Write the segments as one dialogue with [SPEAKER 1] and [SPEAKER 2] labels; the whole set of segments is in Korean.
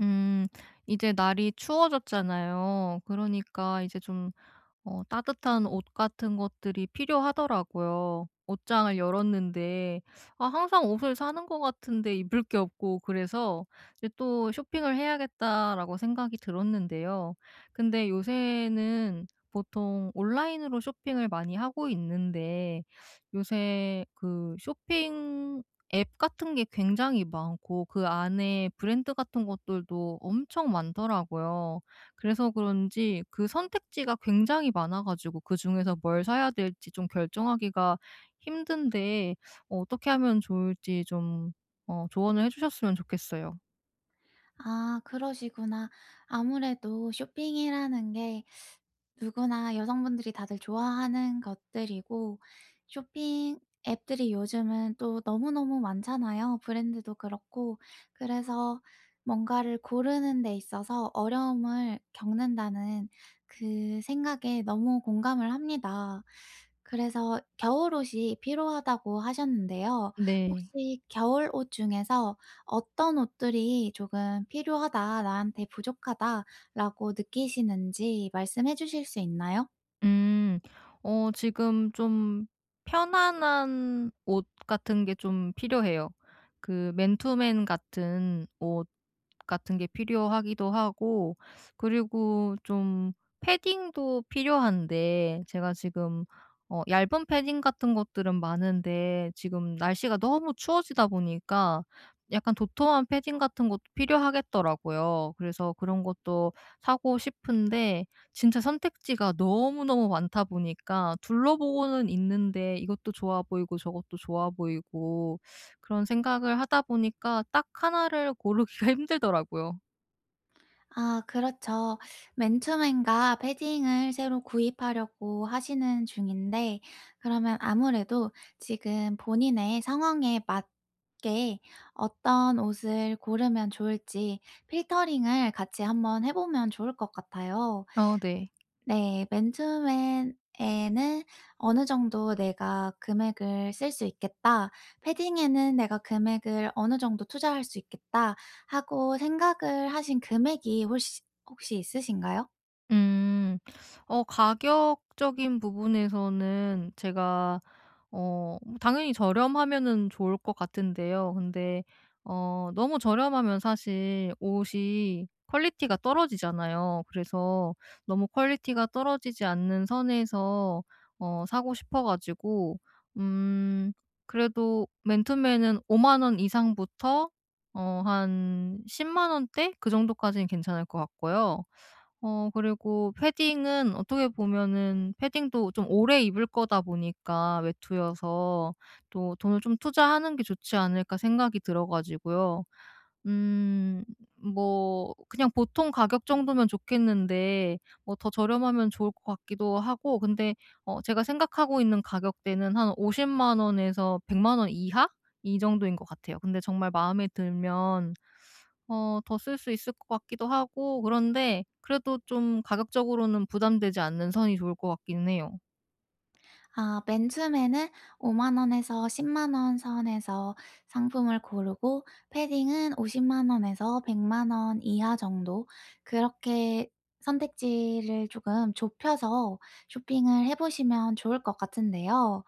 [SPEAKER 1] 음. 이제 날이 추워졌잖아요. 그러니까 이제 좀 따뜻한 옷 같은 것들이 필요하더라고요. 옷장을 열었는데 아 항상 옷을 사는 것 같은데 입을 게 없고 그래서 이제 또 '쇼핑을 해야겠다.'라고 생각이 들었는데요. 근데 요새는 보통 온라인으로 쇼핑을 많이 하고 있는데 요새 그 쇼핑 앱 같은 게 굉장히 많고 그 안에 브랜드 같은 것들도 엄청 많더라고요. 그래서 그런지 그 선택지가 굉장히 많아 가지고 그중에서 뭘 사야 될지 좀 결정하기가 힘든데 어떻게 하면 좋을지 좀 조언을 해 주셨으면 좋겠어요.
[SPEAKER 2] 아 그러시구나. 아무래도 쇼핑이라는 게 누구나 여성분들이 다들 좋아하는 것들이고 쇼핑 앱들이 요즘은 또 너무너무 많잖아요, 브랜드도 그렇고. 그래서 뭔가를 고르는 데 있어서 어려움을 겪는다는 그 생각에 너무 공감을 합니다. 그래서 겨울옷이 필요하다고 하셨는데요.
[SPEAKER 1] 네.
[SPEAKER 2] 혹시 겨울옷 중에서 어떤 옷들이 조금 필요하다, 나한테 부족하다 라고 느끼시는지 말씀해 주실 수 있나요?
[SPEAKER 1] 음. 지금 좀 편안한 옷 같은 게 좀 필요해요. 그 맨투맨 같은 옷 같은 게 필요하기도 하고, 그리고 좀 패딩도 필요한데 제가 지금 얇은 패딩 같은 것들은 많은데 지금 날씨가 너무 추워지다 보니까 약간 도톰한 패딩 같은 것도 필요하겠더라고요. 그래서 그런 것도 사고 싶은데 진짜 선택지가 너무너무 많다 보니까 둘러보고는 있는데 이것도 좋아 보이고 저것도 좋아 보이고 그런 생각을 하다 보니까 딱 하나를 고르기가 힘들더라고요.
[SPEAKER 2] 아 그렇죠. 맨투맨과 패딩을 새로 구입하려고 하시는 중인데 그러면 아무래도 지금 본인의 상황에 맞게 어떤 옷을 고르면 좋을지 필터링을 같이 한번 해 보면 좋을 것 같아요.
[SPEAKER 1] 네.
[SPEAKER 2] 네. 맨 처음에는 '어느 정도 내가 금액을 쓸 수 있겠다. 패딩에는 내가 금액을 어느 정도 투자할 수 있겠다.' 하고 생각을 하신 금액이 시 혹시 있으신가요?
[SPEAKER 1] 음. 가격적인 부분에서는 제가 뭐 당연히 저렴하면은 좋을 것 같은데요. 근데 너무 저렴하면 사실 옷이 퀄리티가 떨어지잖아요. 그래서 너무 퀄리티가 떨어지지 않는 선에서 사고 싶어 가지고 음 그래도 맨투맨은 5만 원 이상부터 한1 0 원대 그 정도까지는 괜찮을 것 같고요. 그리고 패딩은 어떻게 보면은 패딩도 좀 오래 입을 거다 보니까 외투여서 또 '돈을 좀 투자하는 게 좋지 않을까.' 생각이 들어 가지고요. 음 뭐 그냥 보통 가격 정도면 좋겠는데 뭐 더 저렴하면 좋을 것 같기도 하고, 근데 제가 생각하고 있는 가격대는 한 5 0만 원에서 100만 원 이하 이 정도인 것 같아요. 근데 정말 마음에 들면 더 쓸 수 있을 것 같기도 하고 그런데, 그래도 좀 가격적으로는 부담되지 않는 선이 좋을 것 같기는 해요.
[SPEAKER 2] 아 맨 처음에는 5만 원에서 1 0만원 선에서 상품을 고르고 패딩은 5 0만 원에서 1 0 0만원 이하 정도 그렇게 선택지를 조금 좁혀서 쇼핑을 해 보시면 좋을 것 같은데요.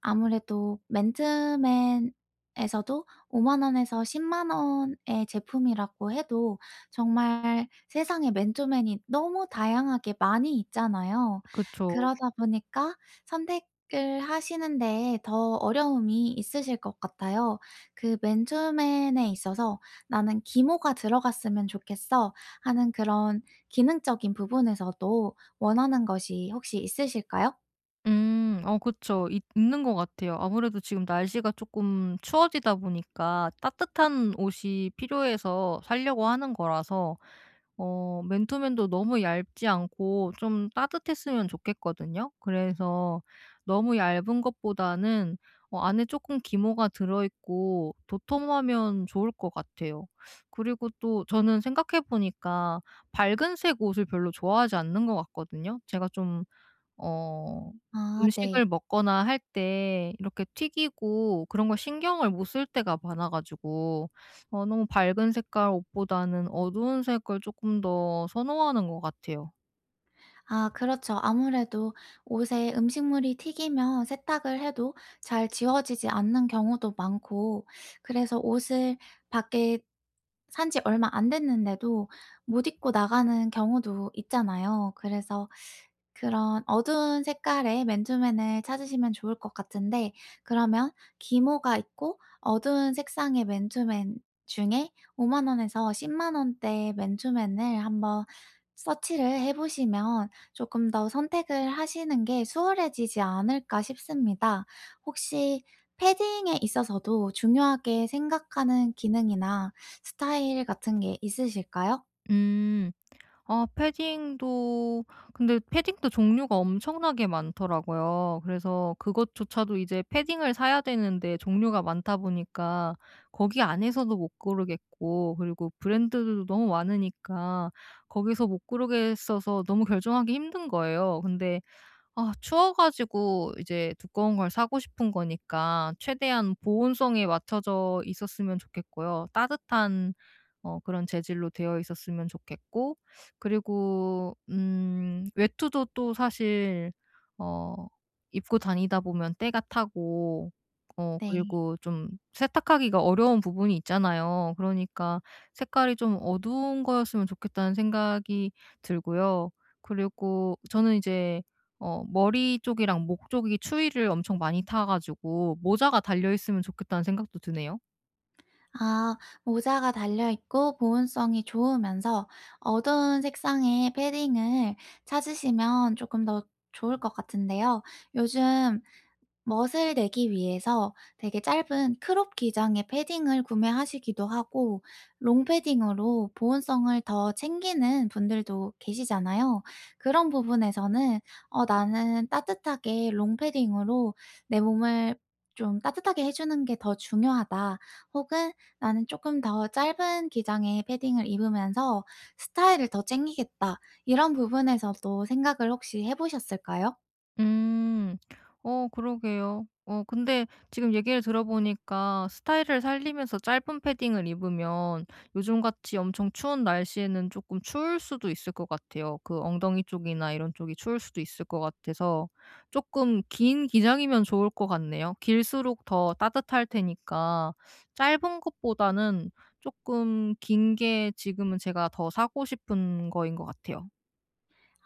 [SPEAKER 2] 아무래도 맨투맨에서도5만 원에서 1 0만 원의 제품이라고 해도 정말 세상에 맨투맨이 너무 다양하게 많이 있잖아요.
[SPEAKER 1] 그쵸.
[SPEAKER 2] 그러다 보니까 선택 을 하시는데 더 어려움이 있으실 것 같아요. 그 맨 처에 있어서 '나는 기모가 들어갔으면 좋겠어.' 하는 그런 기능적인 부분에서도 원하는 것이 혹시 있으실까요?
[SPEAKER 1] 음. 그쵸. 있 있는 것 같아요. 아무래도 지금 날씨가 조금 추워지다 보니까 따뜻한 옷이 필요해서 사려고 하는 거라서 맨투맨도 너무 얇지 않고 좀 따뜻했으면 좋겠거든요. 그래서 너무 얇은 것보다는 안에 조금 기모가 들어 있고 도톰하면 좋을 것 같아요. 그리고 또 저는 생각해 보니까 밝은색 옷을 별로 좋아하지 않는 것 같거든요. 제가 좀 어
[SPEAKER 2] 아 네.
[SPEAKER 1] 음식을 먹거나 할 때 이렇게 튀기고 그런 걸 신경을 못 쓸 때가 많아 가지고 너무 밝은 색깔 옷보다는 어두운 색을 조금 더 선호하는 것 같아요.
[SPEAKER 2] 아 그렇죠. 아무래도 옷에 음식물이 튀기면 세탁을 해도 잘 지워지지 않는 경우도 많고 그래서 옷을 밖에 산지 얼마 안 됐는데도 못 입고 나가는 경우도 있잖아요. 그래서 그런 어두운 색깔의 맨투맨을 찾으시면 좋을 것 같은데 그러면 기모가 있고 어두운 색상의 맨투맨 중에 5만 원에서 1 0만 원대의 맨투맨을 한번 서치를 해 보시면 조금 더 선택을 하시는 게 수월해지지 않을까 싶습니다. 혹시 패딩에 있어서도 중요하게 생각하는 기능이나 스타일 같은 게 있으실까요?
[SPEAKER 1] 음. 아 패딩도, 근데 패딩도 종류가 엄청나게 많더라고요. 그래서 그것조차도 이제 패딩을 사야 되는데 종류가 많다 보니까 거기 안에서도 못 고르겠고, 그리고 브랜드들도 너무 많으니까 거기서 못 고르겠어서 너무 결정하기 힘든 거예요. 근데 아 추워 가지고 이제 두꺼운 걸 사고 싶은 거니까 최대한 보온성에 맞춰져 있었으면 좋겠고요. 따뜻한 그런 재질로 되어 있었으면 좋겠고, 그리고 외투도 또 사실 어 입고 다니다 보면 때가 타고
[SPEAKER 2] 네.
[SPEAKER 1] 그리고 좀 세탁하기가 어려운 부분이 있잖아요. 그러니까 '색깔이 좀 어두운 거였으면 좋겠다.'는 생각이 들고요. 그리고 저는 이제 머리 쪽이랑 목 쪽이 추위를 엄청 많이 타 가지고 '모자가 달려 있으면 좋겠다.'는 생각도 드네요.
[SPEAKER 2] 아, 모자가 달려 있고 보온성이 좋으면서 어두운 색상의 패딩을 찾으시면 조금 더 좋을 것 같은데요. 요즘 멋을 내기 위해서 되게 짧은 크롭 기장의 패딩을 구매하시기도 하고 롱패딩으로 보온성을 더 챙기는 분들도 계시잖아요. 그런 부분에서는 '어 나는 따뜻하게 롱패딩으로 내 몸을 좀 따뜻하게 해 주는 게 더 중요하다.' 혹은 '나는 조금 더 짧은 기장의 패딩을 입으면서 스타일을 더 챙기겠다.' 이런 부분에서도 생각을 혹시 해 보셨을까요?
[SPEAKER 1] 음. 그러게요. 근데 지금 얘기를 들어보니까 스타일을 살리면서 짧은 패딩을 입으면 요즘같이 엄청 추운 날씨에는 조금 추울 수도 있을 것 같아요. 그 엉덩이 쪽이나 이런 쪽이 추울 수도 있을 것 같아서 조금 긴 기장이면 좋을 것 같네요. 길수록 더 따뜻할 테니까 짧은 것보다는 조금 긴 게 지금은 제가 더 사고 싶은 거인 것 같아요.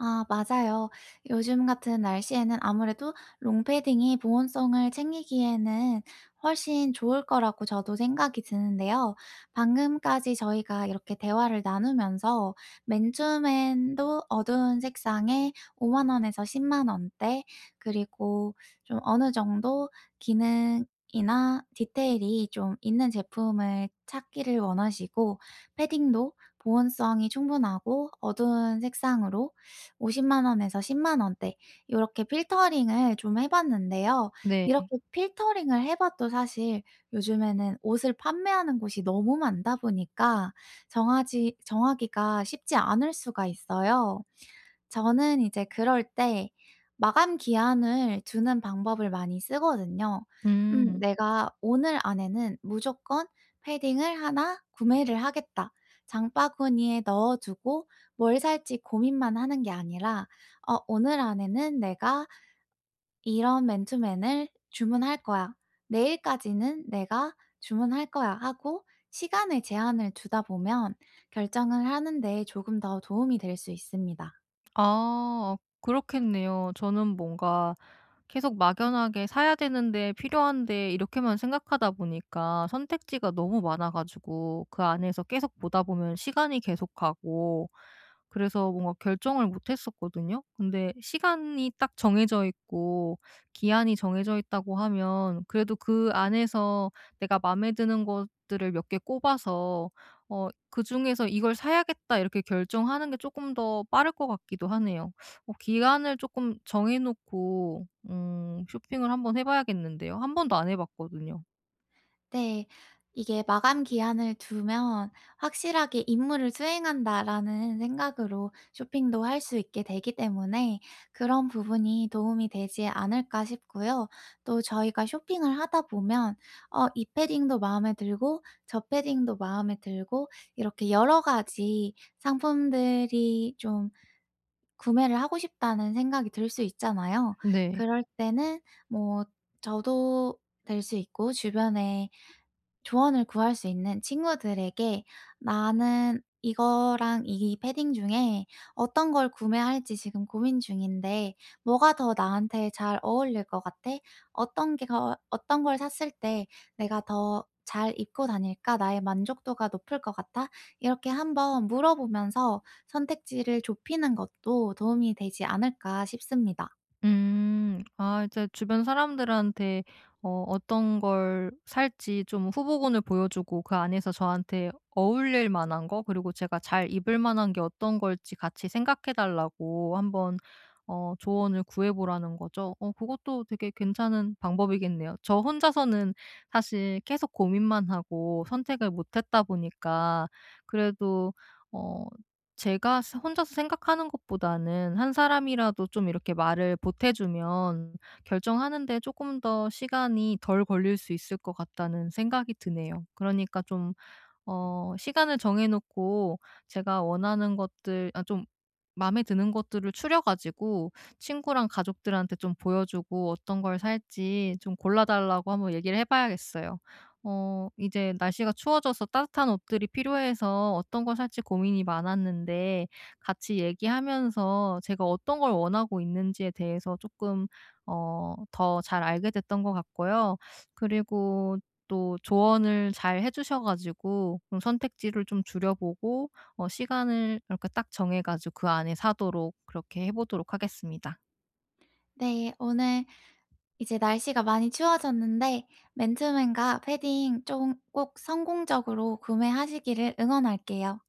[SPEAKER 2] 아 맞아요. 요즘 같은 날씨에는 아무래도 롱패딩이 보온성을 챙기기에는 훨씬 좋을 거라고 저도 생각이 드는데요. 방금까지 저희가 이렇게 대화를 나누면서 맨투맨도 어두운 색상에 5만 원에서 1 0만 원대 그리고 좀 어느 정도 기능이나 디테일이 좀 있는 제품을 찾기를 원하시고 패딩도 보온성이 충분하고 어두운 색상으로 50만 원에서 10만 원대 이렇게 필터링을 좀 해 봤는데요.
[SPEAKER 1] 네.
[SPEAKER 2] 이렇게 필터링을 해 봐도 사실 요즘에는 옷을 판매하는 곳이 너무 많다 보니까 정하지 정하기가 쉽지 않을 수가 있어요. 저는 이제 그럴 때 마감 기한을 두는 방법을 많이 쓰거든요.
[SPEAKER 1] 음.
[SPEAKER 2] '내가 오늘 안에는 무조건 패딩을 하나 구매를 하겠다.' 장바구니에 넣어 두고 뭘 살지 고민만 하는 게 아니라 '어 오늘 안에는 내가 이런 맨투맨을 주문할 거야. 내일까지는 내가 주문할 거야.' 하고 시간에 제한을 두다 보면 결정을 하는 데 조금 더 도움이 될 수 있습니다.
[SPEAKER 1] 아 그렇겠네요. 저는 뭔가 계속 막연하게 사야 되는데 필요한데 이렇게만 생각하다 보니까 선택지가 너무 많아 가지고 그 안에서 계속 보다 보면 시간이 계속 가고, 그래서 뭔가 결정을 못 했었거든요. 근데 시간이 딱 정해져 있고 기한이 정해져 있다고 하면 그래도 그 안에서 내가 마음에 드는 것들을 몇 개 꼽아서 그중에서 '이걸 사야겠다.' 이렇게 결정하는 게 조금 더 빠를 것 같기도 하네요. 기간을 조금 정해 놓고 쇼핑을 한번 해 봐야겠는데요. 한 번도 안 해 봤거든요.
[SPEAKER 2] 네. 이게 '마감 기한을 두면 확실하게 임무를 수행한다.'라는 생각으로 쇼핑도 할 수 있게 되기 때문에 그런 부분이 도움이 되지 않을까 싶고요. 또 저희가 쇼핑을 하다 보면 어 이 패딩도 마음에 들고 저 패딩도 마음에 들고 이렇게 여러 가지 상품들이 좀 구매를 하고 싶다는 생각이 들 수 있잖아요.
[SPEAKER 1] 네.
[SPEAKER 2] 그럴 때는 뭐 저도 될 수 있고 주변에 조언을 구할 수 있는 친구들에게 "나는 이거랑 이 패딩 중에 어떤 걸 구매할지 지금 고민 중인데 뭐가 더 나한테 잘 어울릴 것 같아? 어떤 게 더 어떤 걸 샀을 때 내가 더 잘 입고 다닐까? 나의 만족도가 높을 것 같아?" 이렇게 한번 물어보면서 선택지를 좁히는 것도 도움이 되지 않을까 싶습니다.
[SPEAKER 1] 음. 아 이제 주변 사람들한테 어떤 걸 살지 좀 후보군을 보여주고 그 안에서 저한테 어울릴 만한 거, 그리고 제가 잘 입을 만한 게 어떤 걸지 같이 생각해 달라고 한번 조언을 구해 보라는 거죠. 그것도 되게 괜찮은 방법이겠네요. 저 혼자서는 사실 계속 고민만 하고 선택을 못 했다 보니까 그래도 어 제가 스 혼자서 생각하는 것보다는 한 사람이라도 좀 이렇게 말을 보태 주면 결정하는 데 조금 더 시간이 덜 걸릴 수 있을 것 같다는 생각이 드네요. 그러니까 좀 시간을 정해 놓고 제가 원하는 것들 아 좀 마음에 드는 것들을 추려 가지고 친구랑 가족들한테 좀 보여 주고 어떤 걸 살지 좀 골라 달라고 한번 얘기를 해 봐야겠어요. 이제 날씨가 추워져서 따뜻한 옷들이 필요해서 어떤 걸 살지 고민이 많았는데 같이 얘기하면서 제가 어떤 걸 원하고 있는지에 대해서 조금 더 잘 알게 됐던 것 같고요. 그리고 또 조언을 잘 해 주셔 가지고 좀 선택지를 좀 줄여보고 시간을 이렇게 딱 정해 가지고 그 안에 사도록 그렇게 해 보도록 하겠습니다.
[SPEAKER 2] 네. 오늘 이제 날씨가 많이 추워졌는데 맨투맨과 패딩 좀 꼭 성공적으로 구매하시기를 응원할게요.